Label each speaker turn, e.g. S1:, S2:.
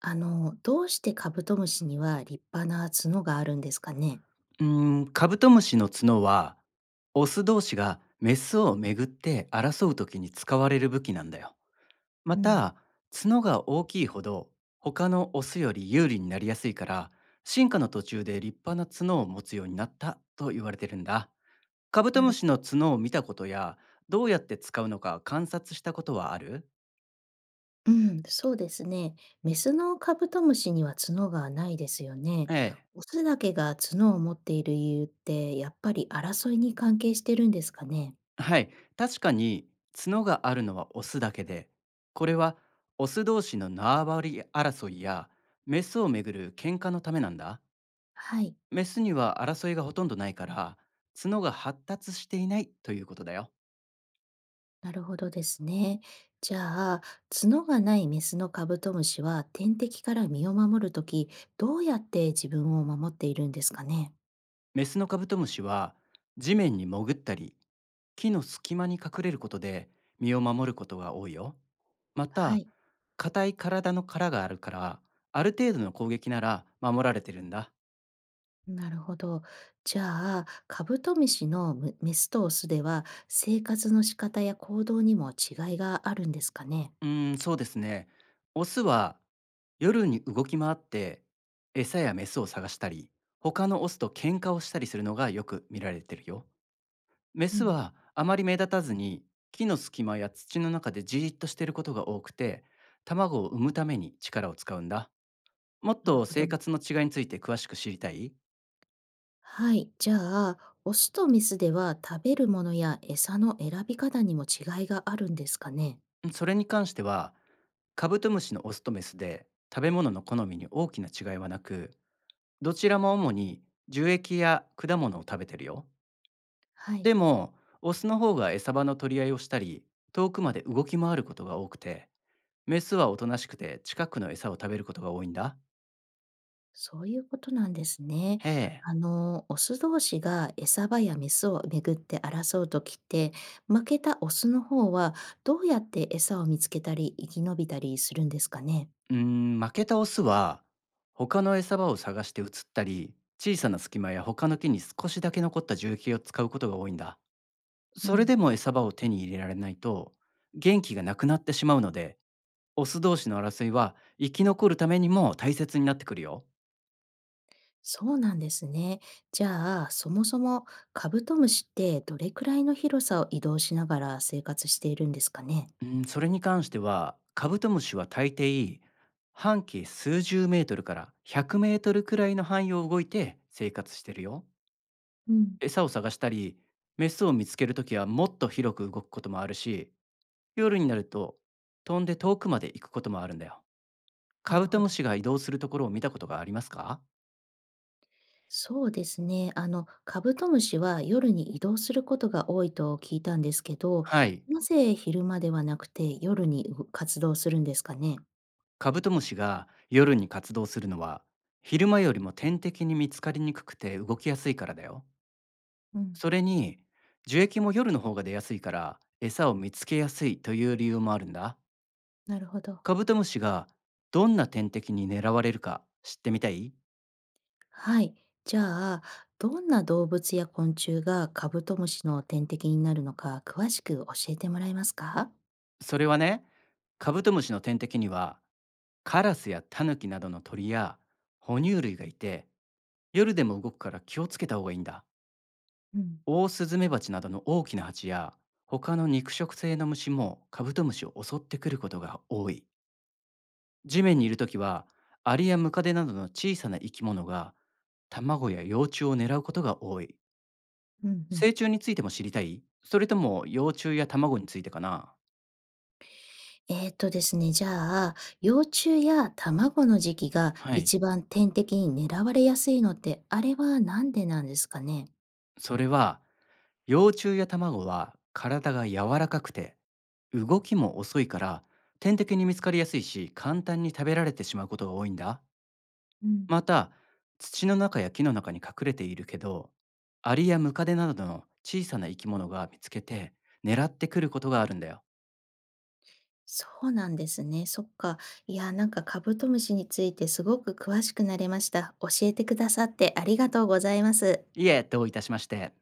S1: どうしてカブトムシには立派な角があるんですかね？
S2: カブトムシの角は、オス同士がメスをめぐって争う時に使われる武器なんだよ。ま
S1: うん、
S2: た、角が大きいほど他のオスより有利になりやすいから、進化の途中で立派な角を持つようになったと言われてるんだ。カブト
S1: な
S2: ム
S1: る
S2: シ
S1: ほ
S2: の
S1: ど。
S2: 角を見たことや、どうやって使うのか観察したことはある。
S1: うん、そうですね。メスのカブトムシには角がないですよね。
S2: ええ。
S1: オスだけが角を持っている理由って、やっぱり争いに関係してるんですかね？
S2: はい、確かに角があるのはオスだけで、これはオス同士の縄張り争いやメスをめぐる喧嘩のためなんだ。
S1: はい、
S2: メスには争いがほとんどないから、角が発達していないということだよ。
S1: なるほどですね。じゃあ、角がないメスのカブトムシは天敵から身を守るとき、どうやって自分を守っているんですかね？
S2: メスのカブトムシは地面に潜ったり、木の隙間に隠れることで身を守ることが多いよ。ま
S1: は
S2: た、
S1: い。
S2: 硬い体の殻があるから、ある程度の攻撃なら守られてるんだ。
S1: なるほど。じゃあ、カブトムシのむメスとオスでは、生活の仕方や行動にも違いがあるんですかね。
S2: そうですね。オスは夜に動き回って餌やメスを探したり、他のオスと喧嘩をしたりするのがよく見られてるよ。メ
S1: う
S2: ス
S1: ん、
S2: はあまり目立たずに木の隙間や土の中でじーっとしていることが多くて、卵を産むために力を使うんだ。もっ
S1: なる
S2: と
S1: ほ
S2: 生
S1: ど。
S2: 活の違いについて詳しく知りたい。
S1: はい。じゃあ、オスとメスでは食べるものや餌の選び方にも違いがあるんですかね。
S2: それに関しては、カブトムシのオスとメスで食べ物の好みに大きな違いはなく、どちらも主に樹液や果物を食べてるよ。
S1: はい。
S2: でも、オスの方が餌場の取り合いをしたり、遠くまで動き回ることが多くて、メスはおとなしくて近くの餌を食べることが多いんだ。
S1: そういうことなんですね。
S2: へえ。
S1: オス同士が餌場やメスをめぐって争うときって、負けたオスの方はどうやって餌を見つけたり生き延びたりするんですかね。
S2: うー負けたオスは、他の餌場を探して移ったり、小さな隙間や他の木に少しだけ残った重機を使うことが多いんだ。
S1: う
S2: それ
S1: ん、
S2: でも餌場を手に入れられないと、元気がなくなってしまうので、オス同士の争いは生き残るためにも大切になってくるよ。
S1: そうなんですね。じゃあ、そもそもカブトムシってどれくらいの広さを移動しながら生活しているんですかね？
S2: うん、それに関しては、カブトムシは大抵、半径数十メートルから100メートルくらいの範囲を動いて生活してるよ。
S1: うん、
S2: 餌を探したり、メスを見つけるときはもっと広く動くこともあるし、夜になると飛んで遠くまで行くこともあるんだよ。
S1: な
S2: カブ
S1: る
S2: ト
S1: ほ
S2: ム
S1: ど。
S2: シが移動するところを見たことがありますか？
S1: そうですね。カブトムシは夜に移動することが多いと聞いたんですけど、
S2: はい。
S1: なぜ昼間ではなくて夜にう活動するんですかね？
S2: カブトムシが夜に活動するのは、昼間よりも天敵に見つかりにくくて動きやすいからだよ。
S1: うん、
S2: それに、樹液も夜の方が出やすいから、餌を見つけやすいという理由もあるんだ。
S1: なるほど。
S2: カブトムシがどんな天敵に狙われるか知ってみたい。
S1: はい。じゃあ、どんな動物や昆虫がカブトムシの天敵になるのか詳しく教えてもらえますか？
S2: それはね、カブトムシの天敵には、カラスやタヌキなどの鳥や哺乳類がいて、夜でも動くから気をつけた方がいいんだ。
S1: うん。
S2: オオスズメバチなどの大きな蜂や、他の肉食性の虫もカブトムシを襲ってくることが多い。地面にいるときは、アリやムカデなどの小さな生き物が卵や幼虫を狙うことが多い。
S1: うんうん。
S2: 成虫についても知りたい。それとも幼虫や卵についてかな？
S1: えっとですね、じゃあ、幼虫や卵の時期が
S2: はい。
S1: 一番天敵に狙われやすいのって、あれはなんでなんですかね？
S2: それは、幼虫や卵は体が柔らかくて、動きも遅いから、天敵に見つかりやすいし、簡単に食べられてしまうことが多いんだ。
S1: うん、
S2: また、土の中や木の中に隠れているけど、アリやムカデなどの小さな生き物が見つけて、狙ってくることがあるんだよ。
S1: そうなんですね。そっか。いや、なんかカブトムシについてすごく詳しくなれました。教えてくださってありがとうございます。
S2: いえ、どういたしまして。